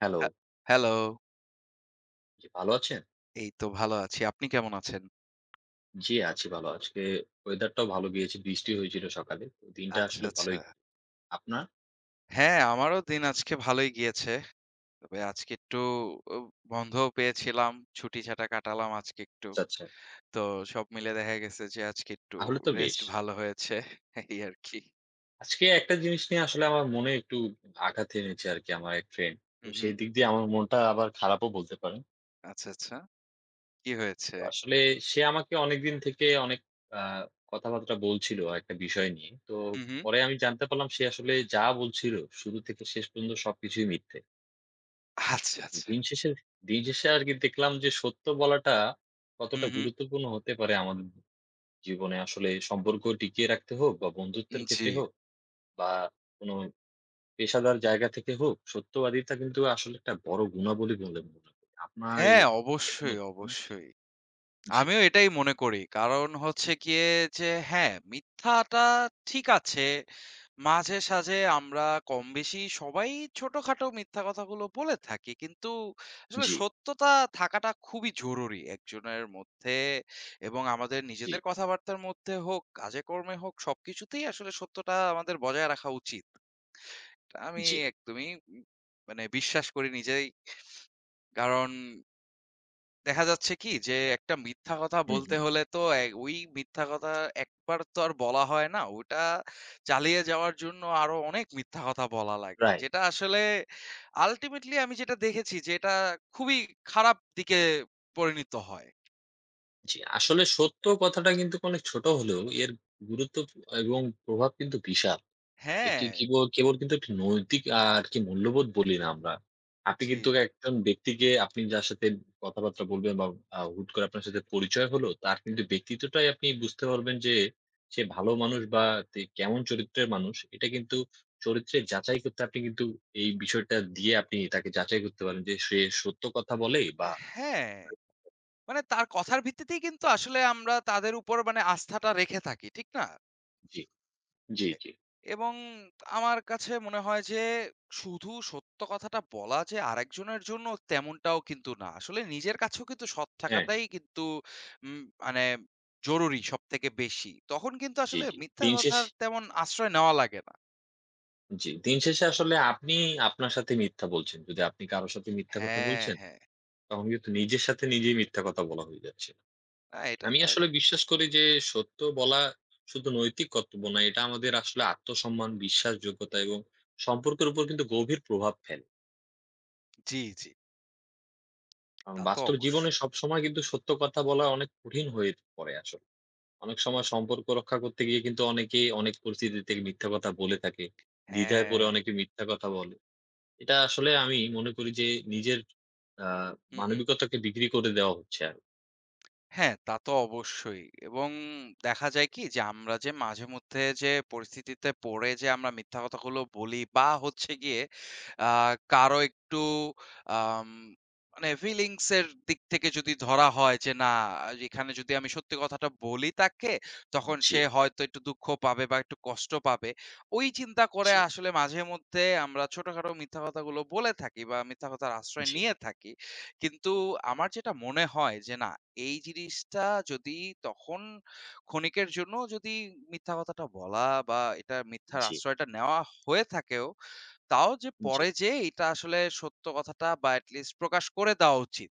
Hello. হ্যা hello. জি, ভালো আছেন? এই তো ভালো আছি। আপনি কেমন আছেন? জি, আছি ভালো। আজকে ওয়েদারটাও ভালো গিয়েছে। বৃষ্টি হয়েছিল সকালে। তো দিনটা আচ্ছা, আসলে আচ্ছা। ভালোই গিয়েছে। আপনার? হ্যাঁ, আমারও দিন আজকে ভালোই গিয়েছে। তবে আজকে একটু ও বন্ধও পেয়েছিলাম। ছুটি-ছাটা কাটালাম আজকে একটু। আচ্ছা, আচ্ছা। তো সব মিলে দেখা গেছে যে আজকে একটু তাহলে তো বেশ। রেস্ট ভালো হয়েছে। এই আরকি। আজকে একটা জিনিস নিয়ে আসলে আমার মনে একটু আঘাত এনেছে আরকি আমার এক ফ্রেন্ড। তো হু, হু। সেই দিক দিয়ে আমার মনটা আবার খারাপও বলতে পারেন। আচ্ছা, আচ্ছা। কি হয়েছে? তো আসলে সে আমাকে অনেকদিন থেকে অনেক আ কথাবার্তা বলছিল একটা বিষয় নিয়ে। তো হু, হু। পরে আমি জানতে পারলাম সে আসলে যা বলছিল শুরু থেকে শেষ পর্যন্ত সবকিছুই মিথ্যে। আচ্ছা, আচ্ছা। দিন শেষে দিন শেষে আরকি দেখলাম যে সত্য বলাটা হু, কতটা হু। গুরুত্বপূর্ণ হতে পারে আমাদের জীবনে। আসলে সম্পর্ক টিকিয়ে রাখতে হোক বা বন্ধুত্বের জি। ক্ষেত্রে হোক বা কোনো পেশাদার জায়গা থেকে হোক, সত্যবাদিতা কিন্তু আসলে একটা বড় গুণাবলী বলে মনে করি। আপনার এ হ্যাঁ, এ কোনো অবশ্যই, ধারণা আছে? অবশ্যই। জি, আমিও এটাই মনে করি। কারণ হচ্ছে গিয়ে যে হ্যাঁ, মিথ্যাটা ঠিক আছে। মাঝে সাঝে আমরা কমবেশি সবাই ছোটখাটো মিথ্যা কথাগুলো বলে থাকি। কিন্তু আসলে জি, সত্যতা থাকাটা খুবই জরুরি একজনের মধ্যে, এবং আমাদের জি, নিজেদের কথাবার্তার মধ্যে হোক, কাজে কর্মে হোক সবকিছুতেই আসলে সত্যটা আমাদের বজায় রাখা উচিত। এটা আমি জি। একদমই মানে বিশ্বাস করি নিজেই। কারণ দেখা যাচ্ছে কি যে একটা মিথ্যা কথা হুম, বলতে হুম। হলে তো ওই মিথ্যা কথা একবার তো আর বলা হয় না। ওটা চালিয়ে যাওয়ার জন্য আরো অনেক মিথ্যা কথা বলা লাগে। রাইট। যেটা আসলে আল্টিমেটলি আমি যেটা দেখেছি যে এটা খুবই খারাপ দিকে পরিণত হয়। জি, আসলে সত্য কথাটা কিন্তু অনেক ছোট হলেও এর গুরুত্ব এবং প্রভাব কিন্তু বিশাল। একটি হ্যাঁ, কেবল কিন্তু একটি নৈতিক আরকি মূল্যবোধ বলি না আমরা। আপনি জি। কিন্তু একজন ব্যক্তিকে আপনি যার সাথে কথাবার্তা বলবেন বা হুট করে আপনার সাথে পরিচয় হলো, তার কিন্তু ব্যক্তিত্বটাই আপনি বুঝতে পারবেন যে সে ভালো মানুষ বা তে কেমন চরিত্রের মানুষ। এটা কিন্তু চরিত্রের যাচাই করতে আপনি কিন্তু এই বিষয়টা দিয়ে আপনি তাকে যাচাই করতে পারেন যে সে সত্য কথা বলে বা হ্যাঁ, মানে তার কথার ভিত্তিতেই কিন্তু আসলে আমরা তাদের উপর মানে আস্থাটা রেখে থাকি। ঠিক না? জি, জি, এ জি। এবং আমার কাছে মনে হয় যে শুধু সত্য কথাটা বলা যে আরেকজনের জন্য তেমনটাও কিন্তু না। আসলে নিজের কাছেও কিন্তু সৎ হ্যাঁ, থাকাটাই কিন্তু মানে জরুরি সবথেকে বেশি। তখন কিন্তু জি, আসলে জি। মিথ্যা দিন শেষ কথার তেমন আশ্রয় নেওয়া লাগে না। জি, দিন শেষে আসলে আপনি আপনার সাথে মিথ্যা বলছেন। যদি আপনি কারো সাথে মিথ্যা কথা হ্যাঁ, বলছেন হ্যাঁ। তখন কিন্তু নিজের সাথে নিজেই মিথ্যা কথা বলা হয়ে যাচ্ছে। না, এটা আমি তো আসলে একদম। বিশ্বাস করি যে সত্য বলা শুধু নৈতিক কর্তব্য না, এটা আমাদের আসলে আত্মসম্মান, বিশ্বাসযোগ্যতা এবং সম্পর্কের উপর কিন্তু গভীর প্রভাব ফেলে। জি, জি। কারণ তা তো বাস্তব জীবনে অবশ্যই। সবসময় কিন্তু সত্য কথা বলা অনেক কঠিন হয়ে পড়ে আসলে। অনেক সময় সম্পর্ক রক্ষা করতে গিয়ে কিন্তু অনেকেই অনেক পরিস্থিতিতে মিথ্যা কথা বলে থাকে। দ্বিধায় পড়ে হ্যাঁ। অনেকে মিথ্যা কথা বলে। এটা আসলে আমি মনে করি যে নিজের আ হু, হু। মানবিকতাকে বিক্রি করে দেওয়া হচ্ছে আর হ্যাঁ, তা তো অবশ্যই। এবং দেখা যায় কি যে আমরা যে মাঝেমধ্যে যে পরিস্থিতিতে পড়ে যে আমরা মিথ্যা কথাগুলো বলি বা হচ্ছে গিয়ে আ কারো একটু আম মানে ফিলিংস এর দিক থেকে যদি ধরা হয় যে না, এখানে যদি আমি সত্যি কথাটা বলি তাকে, তখন জি, সে হয়তো একটু দুঃখ পাবে বা একটু কষ্ট পাবে। ওই চিন্তা করে জি, আসলে মাঝেমধ্যে আমরা ছোটখাটো মিথ্যা কথাগুলো বলে থাকি বা মিথ্যা কথার আশ্রয় জি, নিয়ে থাকি। কিন্তু আমার যেটা মনে হয় যে না, এই জিনিসটা যদি তখন ক্ষণিকের জন্য যদি মিথ্যা কথাটা বলা বা এটা মিথ্যার জি। আশ্রয়টা নেওয়া হয়ে থাকেও, তাও যে জি। পরে যেয়ে এটা আসলে সত্য কথাটা বা এট লিস্ট প্রকাশ করে দেওয়া উচিত।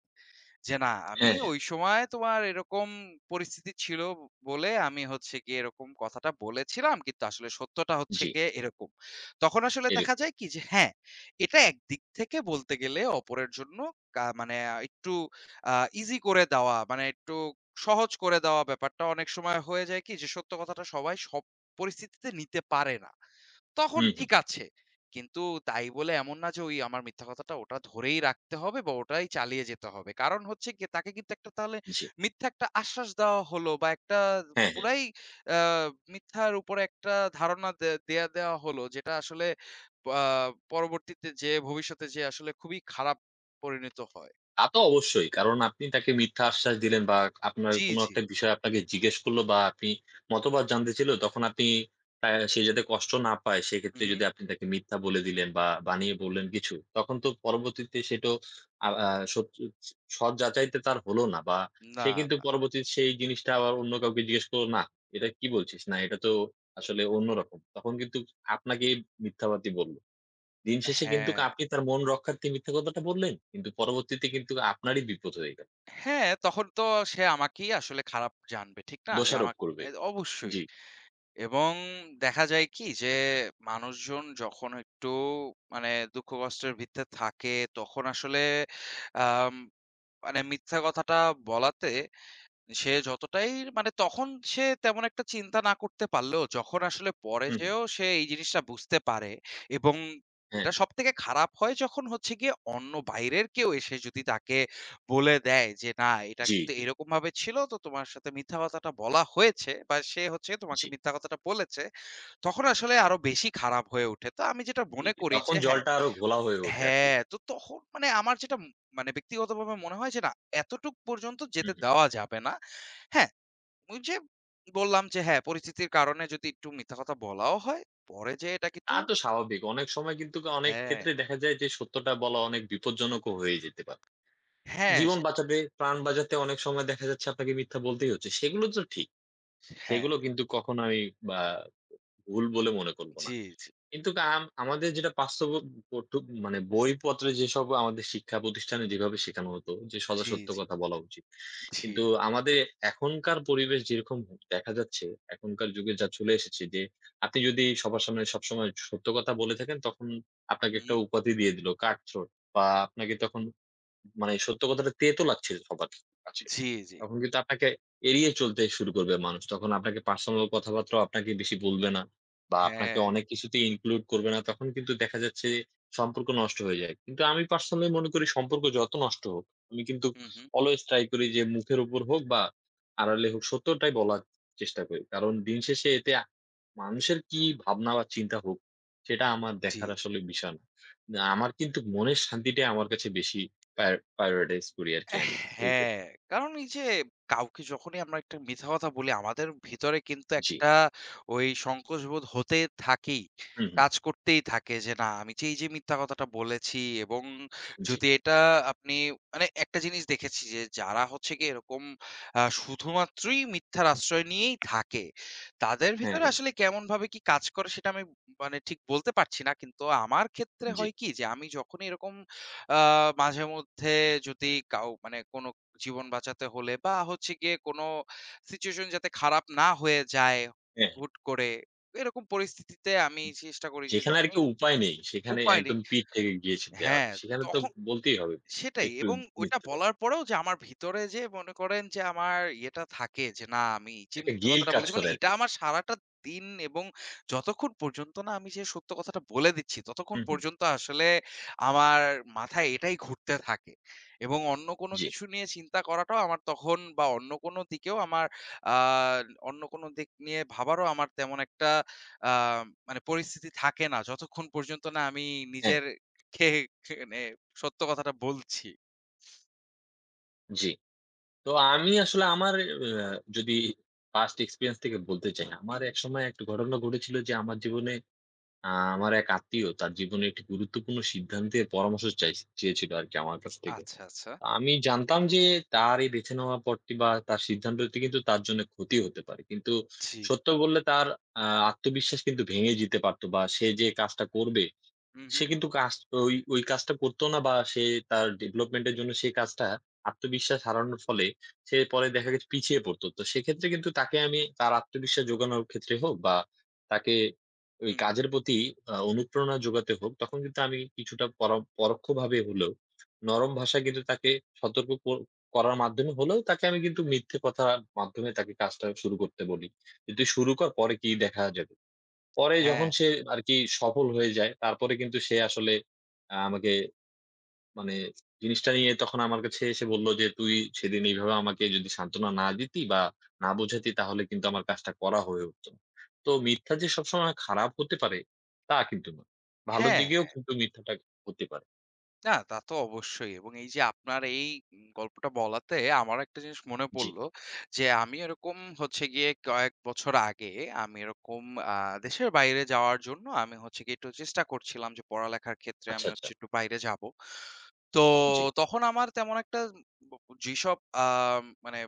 যে না, আমি হ্যাঁ, হ্যাঁ। ওই সময় তোমার এরকম পরিস্থিতি ছিল বলে আমি হচ্ছে গিয়ে এরকম কথাটা বলেছিলাম, কিন্তু আসলে সত্যটা হচ্ছে জি, গিয়ে এরকম। তখন আসলে দেখা এরকম। যায় কি যে হ্যাঁ, এটা একদিক থেকে বলতে গেলে অপরের জন্য মানে একটু আ ইজি করে দেওয়া, মানে একটু সহজ করে দেওয়া ব্যাপারটা অনেক সময় হয়ে যায় কি যে সত্য কথাটা সবাই সব পরিস্থিতিতে নিতে পারে না। তখন হুম, হুম। ঠিক আছে। কিন্তু তাই বলে এমন না যে ওই আমার মিথ্যা কথাটা ওটা ধরেই রাখতে হবে বা ওটাই চালিয়ে যেতে হবে। কারণ হচ্ছে গিয়ে তাকে কিন্তু একটা তাহলে জি। মিথ্যা একটা আশ্বাস দেওয়া হলো বা একটা হ্যাঁ, হ্যাঁ। পুরাই আ মিথ্যার উপরে একটা ধারণা দে দেয়া দেওয়া হলো, যেটা আসলে আ পরবর্তীতে যেয়ে ভবিষ্যতে যেয়ে আসলে খুবই খারাপ পরিণত হয়। তা তো অবশ্যই। কারণ আপনি তাকে মিথ্যা আশ্বাস দিলেন বা আপনার জি, কোনো জি। একটা বিষয় আপনাকে জিজ্ঞেস করলো বা আপনি মতবাদ জানতে চাইল তখন আপনি তা সে যাতে কষ্ট না পায় হু, সেক্ষেত্রে হু। যদি আপনি তাকে মিথ্যা বলে দিলেন বা বানিয়ে বললেন কিছু, তখন তো পরবর্তীতে সেটো আ আ সত্যি সৎ যাচাইতে তার হলো না বা না, সে কিন্তু না। পরবর্তীতে সেই জিনিসটা আবার অন্য কাউকে জিজ্ঞেস করলো, "না, এটা কি বলছিস? না, এটা তো আসলে অন্যরকম।" তখন কিন্তু আপনাকেই মিথ্যাবাদী বলল। দিন শেষে কিন্তু হ্যাঁ। আপনি তার মন রক্ষার্থে মিথ্যা কথাটা বললেন। কিন্তু পরবর্তীতে কিন্তু আপনারই বিপদ হয়ে গেল। হ্যাঁ, তখন তো সে আমাকেই আসলে খারাপ জানবে। ঠিক না? যে দোষারোপ আমাক করবে। অ্যা অবশ্যই। জি। এবং দেখা যায় কি যে মানুষজন যখন একটু মানে দুঃখ কষ্টের ভিতরে থাকে, তখন আসলে আম মানে মিথ্যা কথাটা বলাতে সে যতটাই মানে তখন সে তেমন একটা চিন্তা না করতে পারলেও, যখন আসলে পরে হুম, হুম। যেয়েও সে এই জিনিসটা বুঝতে পারে, এবং হ্যাঁ। এটা সবথেকে খারাপ হয় যখন হচ্ছে গিয়ে অন্য বাইরের কেউ এসে যদি তাকে বলে দেয় যে না, এটা জি, কিন্তু জি, এরকম ভাবে ছিল, তো তোমার সাথে মিথ্যা কথাটা বলা হয়েছে বা সে হচ্ছে তোমাকে জি, মিথ্যা কথাটা বলেছে, তখন আসলে আরো বেশি খারাপ হয়ে ওঠে। তো আমি যেটা জি, মনে জি। করি তখন যে হ্যাঁ, জলটা আরো ঘোলা হয়ে ওঠে আরকি। হ্যাঁ, তো তখন মানে আমার যেটা মানে ব্যক্তিগতভাবে মনে হয় যে না, এতটুক পর্যন্ত হুম, যেতে হুম। দেওয়া যাবে না। হ্যাঁ, ওই যে বললাম যে হ্যাঁ, পরিস্থিতির কারণে যদি একটু মিথ্যা কথা বলাও হয়, পরে যেয়ে এটা তা কিন্তু তো স্বাভাবিক। অনেক সময় কিন্তু অনেক হ্যাঁ, ক্ষেত্রে দেখা যায় যে সত্যটা বলা অনেক বিপজ্জনকও হয়ে যেতে পারে। হ্যাঁ, জীবন সেটাই। বাঁচাতে, প্রাণ বাঁচাতে অনেক সময় দেখা যাচ্ছে আপনাকে মিথ্যা বলতেই হচ্ছে। সেগুলো তো ঠিক। হ্যাঁ, সেগুলো কিন্তু কখনো আমি বা ভুল বলে মনে করব না। জি, জি, কিন্তু আমাদের যেটা বাস্তব পঠ্য মানে বইপত্রে যেসব আমাদের শিক্ষা প্রতিষ্ঠানে যেভাবে শেখানো হতো যে সদা জি, সত্য জি, কথা বলা উচিত। জি। কিন্তু আমাদের এখনকার পরিবেশ যেরকম দেখা যাচ্ছে, এখনকার যুগে যা চলে এসেছে যে আপনি যদি সবার সামনে সবসময় সত্য কথা বলে থাকেন তখন আপনাকে একটা হুম, উপাধি দিয়ে দিল কাঠথ্রোট বা আপনাকে তখন মানে সত্য কথাটা তেতো লাগছে সবার কাছে। জি, জি। তখন কিন্তু আপনাকে এড়িয়ে চলতে শুরু করবে মানুষ। তখন আপনাকে পার্সোনাল কথাবার্তাও আপনাকে বেশি বলবে না বা আপনাকে হ্যাঁ, অনেক কিছুতেই ইনক্লুড করবে না। তখন কিন্তু দেখা যাচ্ছে যে সম্পর্ক নষ্ট হয়ে যায়। কিন্তু আমি পার্সোনালি মনে করি সম্পর্ক যত নষ্ট হোক, আমি কিন্তু হু, হু, অলওয়েজ ট্রাই করি যে মুখের উপর হোক বা আড়ালে হোক সত্যটাই বলার চেষ্টা করি। কারণ দিন শেষে এতে মানুষের কি ভাবনা বা চিন্তা হোক, সেটা আমার জি, দেখার জি। আসলে বিষয় না। না আমার কিন্তু মনের শান্তিটাই আমার কাছে বেশি প্রায়োরিটাইজ করি আরকি আমি এই হ্যাঁ, ক্ষেত্রে। কারণ এই যে কাউকে যখনই আমরা একটা মিথ্যা কথা বলি, আমাদের ভিতরে কিন্তু জি। একটা ওই সংকোচবোধ হতে থাকেই। হুম, হুম। কাজ করতেই থাকে যে না আমি যে এই যে মিথ্যা কথাটা বলেছি, এবং জি। যদি এটা আপনি মানে একটা জিনিস দেখেছি যে যারা হচ্ছে গিয়ে এরকম শুধুমাত্রই মিথ্যার আশ্রয় নিয়েই থাকে, তাদের হ্যাঁ, ভিতরে হ্যাঁ। আসলে কেমনভাবে কি কাজ করে সেটা আমি মানে ঠিক বলতে পারছি না। কিন্তু আমার ক্ষেত্রে জি। হয় কি যে আমি যখনই এরকম আ মাঝেমধ্যে যদি মানে কোনো জীবন বাঁচাতে হলে বা হচ্ছে গিয়ে কোনো সিচুয়েশন যাতে খারাপ না হয়ে যায় হ্যাঁ, হ্যাঁ। হুট করে, এরকম পরিস্থিতিতে আমি চেষ্টা করি যে সেখানে আরকি যখনই উপায় নেই। সেখানে উপায় নেই, একদম পিঠ থেকে গিয়েছে দেওয়ালে। হ্যাঁ, সেখানে তো তখন বলতেই হবে সেটাই। একটু এবং ওইটা মিথ্যে কথা। বলার পরেও যে আমার ভিতরে যে মনে করেন যে আমার ইয়েটা থাকে যে না আমি এই যে একটা মিথ্যা গেইল কথাটা কাজ বলেছি করে মানে এটা আরকি। আমার সারাটা দিন, এবং যতক্ষণ পর্যন্ত না আমি যে সত্য কথাটা বলে দিচ্ছি ততক্ষণ হুম, হুম। পর্যন্ত আসলে আমার মাথায় এটাই ঘুরতে থাকে, এবং অন্য কোনো জি। কিছু নিয়ে চিন্তা করাটাও আমার তখন বা অন্য কোনো দিকেও আমার আহ অন্য কোনো দিক নিয়ে ভাবারও আমার তেমন একটা আহ মানে পরিস্থিতি থাকে না যতক্ষণ পর্যন্ত না আমি হ্যাঁ, নিজের কে- মানে সত্য কথাটা বলছি। জি। তো আমি আসলে আমার আ যদি past experience থেকে বলতে চাই, আমার হুম। একসময় একটা ঘটনা ঘটেছিল যে আমার জীবনে আ আমার এক আত্মীয় তার জীবনে একটি গুরুত্বপূর্ণ সিদ্ধান্তের পরামর্শ চেয়েছিল আরকি আমার কাছ থেকে। আচ্ছা, আচ্ছা। আমি জানতাম যে তার এই বেছে নেওয়া পথটি বা তার সিদ্ধান্তটি কিন্তু তার জন্য ক্ষতি হতে পারে। কিন্তু জি। সত্য বললে তার আ আত্মবিশ্বাস কিন্তু ভেঙে যেতে পারত বা সে যে কাজটা করবে হু, হু, সে কিন্তু কাজ ওই কাজটা করতো না বা সে তার ডেভেলপমেন্ট এর জন্য সেই কাজটা আত্মবিশ্বাস হারানোর ফলে সে পরে দেখা গেছে পিছিয়ে পড়তো। তো সেক্ষেত্রে কিন্তু তাকে আমি তার আত্মবিশ্বাস যোগানোর ক্ষেত্রে হোক বা তাকে ওই হু, হু। কাজের প্রতি অনুপ্রেরণা যোগাতে হোক, তখন কিন্তু আমি কিছুটা পরোক্ষভাবে হলেও নরম ভাষায় কিন্তু তাকে সতর্ক কর করার মাধ্যমে হলেও তাকে আমি কিন্তু মিথ্যে কথার মাধ্যমে তাকে কাজটা শুরু করতে বলি। যে, "তুই শুরু কর, পরে কি দেখা যাবে।" পরে যখন হ্যাঁ, সে আরকি সফল হয়ে যায়, তারপরে কিন্তু সে আসলে আমাকে মানে জিনিসটা নিয়ে তখন আমার কাছে এসে বলল যে, "তুই সেদিন এইভাবে আমাকে যদি সান্ত্বনা না দিতি বা না বোঝাতি তাহলে কিন্তু আমার কাজটা করা হয়ে উঠত না।" তো মিথ্যা যে সবসময় খারাপ হতে পারে, তা কিন্তু না। ভালোর হ্যাঁ। দিকেও কিন্তু মিথ্যাটা হতে পারে। না, তা তো অবশ্যই। এবং এই যে আপনার এই গল্পটা বলাতে আমার একটা জিনিস মনে জি। পড়ল যে, আমি এরকম হচ্ছে গিয়ে কয়েক বছর আগে আমি এরকম আ দেশের বাইরে যাওয়ার জন্য আমি হচ্ছে গিয়ে একটু চেষ্টা করছিলাম যে পড়ালেখার ক্ষেত্রে আচ্ছা, আমি আচ্ছা। হচ্ছে একটু বাইরে যাব। তো জি। তখন আমার তেমন একটা ব যেসব আ মানে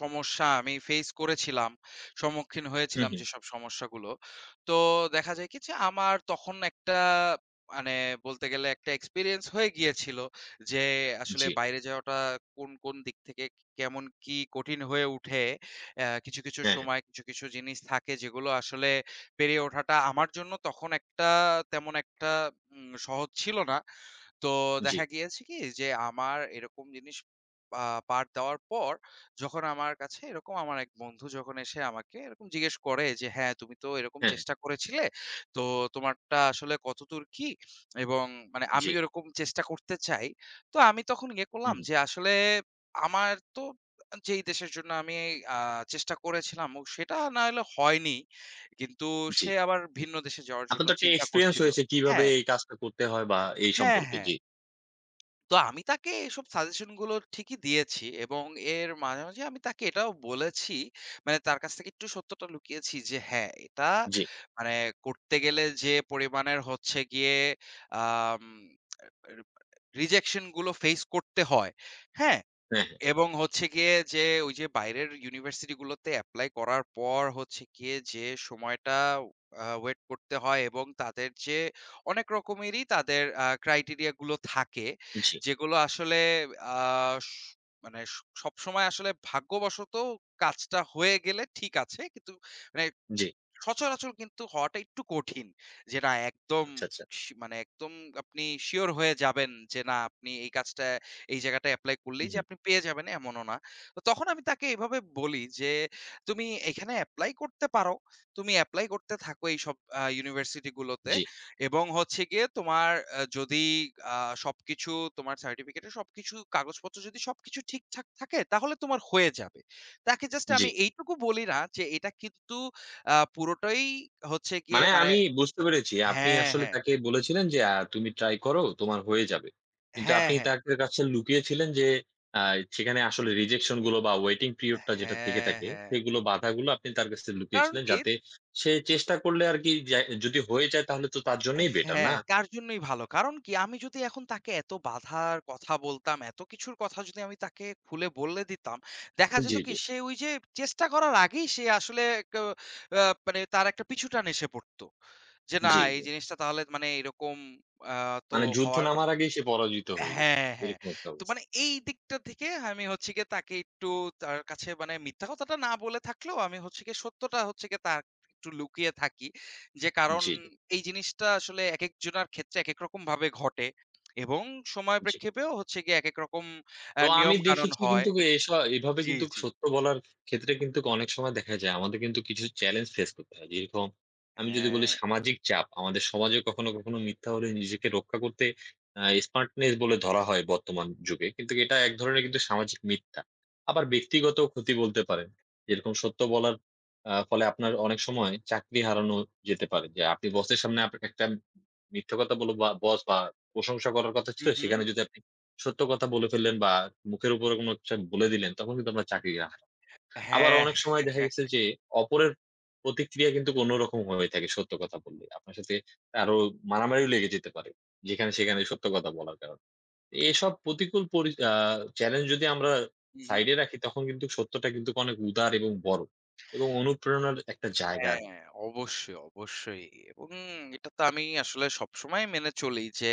সমস্যা আমি ফেস করেছিলাম, সম্মুখীন হুম, হয়েছিলাম হুম। যেসব সমস্যাগুলো। তো দেখা যায় কি যে আমার তখন একটা মানে বলতে গেলে একটা এক্সপেরিয়েন্স হয়ে গিয়েছিল যে আসলে জি। বাইরে যাওয়াটা কোন, কোন দিক থেকে কেমন কি কঠিন হয়ে উঠে। কিছু, কিছু হ্যাঁ, হ্যাঁ। সময় কিছু, কিছু জিনিস থাকে যেগুলো আসলে পেরিয়ে ওঠাটা আমার জন্য তখন একটা তেমন একটা সহজ ছিল না। তো জি। দেখা গিয়েছে কি যে আমার এরকম জিনিস আ পাঠ দেওয়ার পর, যখন আমার কাছে এরকম আমার এক বন্ধু যখন এসে আমাকে এরকম জিজ্ঞেস করে যে, "হ্যাঁ, তুমি তো এরকম হ্যাঁ, হ্যাঁ। চেষ্টা করেছিলে। তো তোমারটা আসলে কতদূর কি?" এবং মানে জি। আমিও এরকম চেষ্টা করতে চাই। তো আমি তখন ইয়ে হুম, করলাম হুম। যে আসলে আমার তো যেই দেশের জন্য আমি আ চেষ্টা করেছিলাম ও সেটা না হলে হয়নি। কিন্তু জি। সে আবার ভিন্ন দেশে যাওয়ার আপনার জন্য তো একটা চিন্তা এক্সপেরিয়েন্স করছিল। হয়েছে কিভাবে হ্যাঁ, এই কাজটা করতে হয় বা এই হ্যাঁ, সম্পর্কে। হ্যাঁ। জি, তো আমি তাকে এসব সাজেশন গুলো ঠিকই দিয়েছি, এবং এর মাঝে, মাঝে আমি তাকে এটাও বলেছি মানে তার কাছ থেকে একটু সত্যটা লুকিয়েছি যে হ্যাঁ, এটা জি। মানে করতে গেলে যে পরিমাণের হচ্ছে গিয়ে আম রিজেকশন গুলো ফেস করতে হয়। হ্যাঁ? হ্যাঁ, হ্যাঁ। এবং হচ্ছে গিয়ে যে ওই যে বাইরের ইউনিভার্সিটি গুলোতে এপ্লাই করার পর হচ্ছে গিয়ে যে সময়টা ওয়েট করতে হয়, এবং তাদের যে অনেক রকমেরই তাদের ক্রাইটেরিয়া গুলো থাকে জি। যেগুলো আসলে আহ, স- মানে সব সময় আসলে ভাগ্যবশত কাজটা হয়ে গেলে ঠিক আছে, কিন্তু মানে জি। সচরাচর কিন্তু হওয়াটা একটু কঠিন। যে না একদম আচ্ছা, আচ্ছা। মানে একদম আপনি সিওর হয়ে যাবেন যে না আপনি এই কাজটা এই জায়গাটায় এপ্লাই হুম, করলেই যে হুম। আপনি পেয়ে যাবেন এমনও না। তো তখন আমি তাকে এভাবে বলি যে, "তুমি এখানে এপ্লাই করতে পারো। তুমি এপ্লাই করতে থাকো এইসব ইউনিভার্সিটি গুলোতে, জি, এবং হচ্ছে গিয়ে তোমার যদি আ সবকিছু তোমার সার্টিফিকেটের সবকিছু কাগজপত্র যদি সবকিছু ঠিকঠাক থাকে তাহলে তোমার হয়ে যাবে।" তাকে জাস্ট জি। আমি এইটুকু বলি না যে এটা কিন্তু পুরোটাই হচ্ছে গিয়ে মানে মানে আমি বুঝতে পেরেছি। আপনি হ্যাঁ, আসলে হ্যাঁ। তাকে বলেছিলেন যে, "তুমি ট্রাই করো, তোমার হয়ে যাবে।" কিন্তু হ্যাঁ, আপনি হ্যাঁ। তার কাছে লুকিয়েছিলেন যে, আ সেখানে আসলে রিজেকশন গুলো বা ওয়েটিং পিরিয়ড টা যেটা থেকে হ্যাঁ, থাকে, হ্যাঁ। সেগুলো বাধাগুলো আপনি তার কাছ থেকে কারণ লুকিয়েছিলেন। কি যাতে সে চেষ্টা করলে আরকি যা যদি হয়ে যায় তাহলে তো তার জন্যই বেটার, না? হ্যাঁ, তার জন্যই ভালো। কারণ কি আমি যদি এখন তাকে এত বাধার কথা বলতাম, এত কিছুর কথা যদি আমি তাকে খুলে বলে দিতাম, দেখা যেত জি, কি জি। সে ওই যে চেষ্টা করার আগেই সে আসলে ক আ মানে তার একটা পিছুটান এসে পড়ত। যে না জি, জি। এই জিনিসটা তাহলে মানে এরকম আ তো মানে যুদ্ধে হওয়ার নামার আগেই সে পরাজিত হয়ে যেত। হ্যাঁ, হ্যাঁ। এরকম একটা তো অবস্থা। মানে এই দিকটা থেকে আমি হচ্ছে গিয়ে তাকে একটু তার কাছে মানে মিথ্যা কথাটা না বলে থাকলেও আমি হচ্ছে গিয়ে সত্যটা হচ্ছে গিয়ে তার একটু লুকিয়ে থাকি। যে কারণ জি, জি। এই জিনিসটা আসলে একেক জনার ক্ষেত্রে একেক রকম ভাবে ঘটে, এবং সময় জি। প্রেক্ষেপেও হচ্ছে গিয়ে একেক রকম তো আমি নিয়ম কানুন দেখেছি হয়। কিন্তু এস এভাবে জি, কিন্তু জি। সত্য বলার ক্ষেত্রে কিন্তু অনেক সময় দেখা যায় আমাদের কিন্তু কিছু চ্যালেঞ্জ ফেস করতে হয়। যেরকম আমি যদি বলি হ্যাঁ। সামাজিক চাপ, আমাদের সমাজে কখনো, কখনো মিথ্যা হলে নিজেকে রক্ষা করতে আ স্মার্টনেস বলে ধরা হয় বর্তমান যুগে। কিন্তু এটা এক ধরনের কিন্তু সামাজিক মিথ্যা। আবার ব্যক্তিগত ক্ষতি বলতে পারেন। যেরকম সত্য বলার ফলে আপনার অনেক সময় চাকরি হারানো যেতে পারে। যে আপনি বসের সামনে একটা মিথ্যা কথা বলে বা বস বা প্রশংসা করার কথা ছিল হু, হু। সেখানে যদি আপনি সত্য কথা বলে ফেললেন বা মুখের উপরে কোনো কিছু বলে দিলেন, তখন কিন্তু আপনার চাকরি গেল। আবার হ্যাঁ। অনেক সময় দেখা গেছে যে অপরের প্রতিক্রিয়া কিন্তু অন্যরকম হয়ে থাকে সত্য কথা বললে। আপনার সাথে আরো মারামারিও লেগে যেতে পারে। যেখানে সেখানে সত্য কথা বলার কারণে। এসব প্রতিকূল পরি আ চ্যালেঞ্জ যদি আমরা হু, হু। সাইডে রাখি তখন কিন্তু সত্যটা কিন্তু অনেক উদার এবং বড় এবং অনুপ্রেরণার একটা জায়গা। আর- হ্যাঁ, অবশ্যই, অবশ্যই। এবং এটা তো আমি আসলে সবসময় মেনে চলি যে,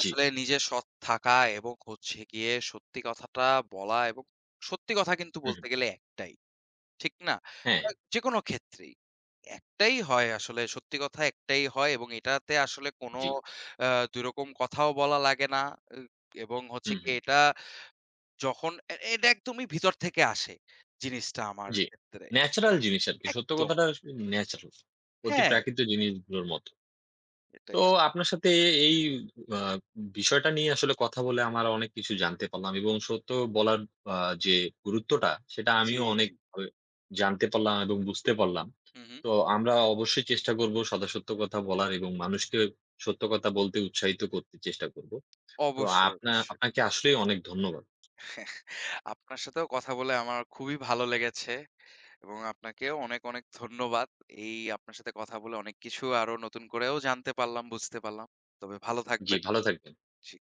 জি। নিজে সৎ থাকা, এবং হচ্ছে গিয়ে সত্যি কথাটা বলা, এবং সত্যি কথা কিন্তু হুম, হুম। বলতে গেলে একটাই। ঠিক না? হ্যাঁ, মানে যেকোনো ক্ষেত্রেই। একটাই হয় আসলে, সত্যি কথা একটাই হয়, এবং এটাতে আসলে কোনো জি। আ ২ রকম কথাও বলা লাগে না। এ এবং হচ্ছে হুম, হুম। গিয়ে এটা যখন এটা একদমই ভিতর থেকে আসে জিনিসটা আমার জি। ক্ষেত্রে। ন্যাচারাল জিনিস আরকি। সত্য একদম। কথাটা ন্যাচারাল। অতি হ্যাঁ, প্রাকৃত জিনিসগুলোর মত। তো এটাই। আপনার সাথে এই আ বিষয়টা নিয়ে আসলে কথা বলে আমার অনেক কিছু জানতে পারলাম এবং সত্য বলার আ যে গুরুত্বটা সেটা জি, আমিও জি। অনেকভাবে জানতে পারলাম এবং বুঝতে পারলাম। হু, হু। তো আমরা অবশ্যই চেষ্টা করব সদা সত্য কথা বলার এবং মানুষকে সত্য কথা বলতে উৎসাহিত করতে চেষ্টা করব। তো অবশ্যই, অবশ্যই। আপনাকে আসলেই অনেক ধন্যবাদ। আপনার সাথেও কথা বলে আমার খুবই ভালো লেগেছে, এবং আপনাকেও অনেক, অনেক ধন্যবাদ। এই আপনার সাথে কথা বলে অনেক কিছু আরো নতুন করেও জানতে পারলাম, বুঝতে পারলাম। তবে ভালো জি, থাকবেন। ভালো থাকবেন। জি।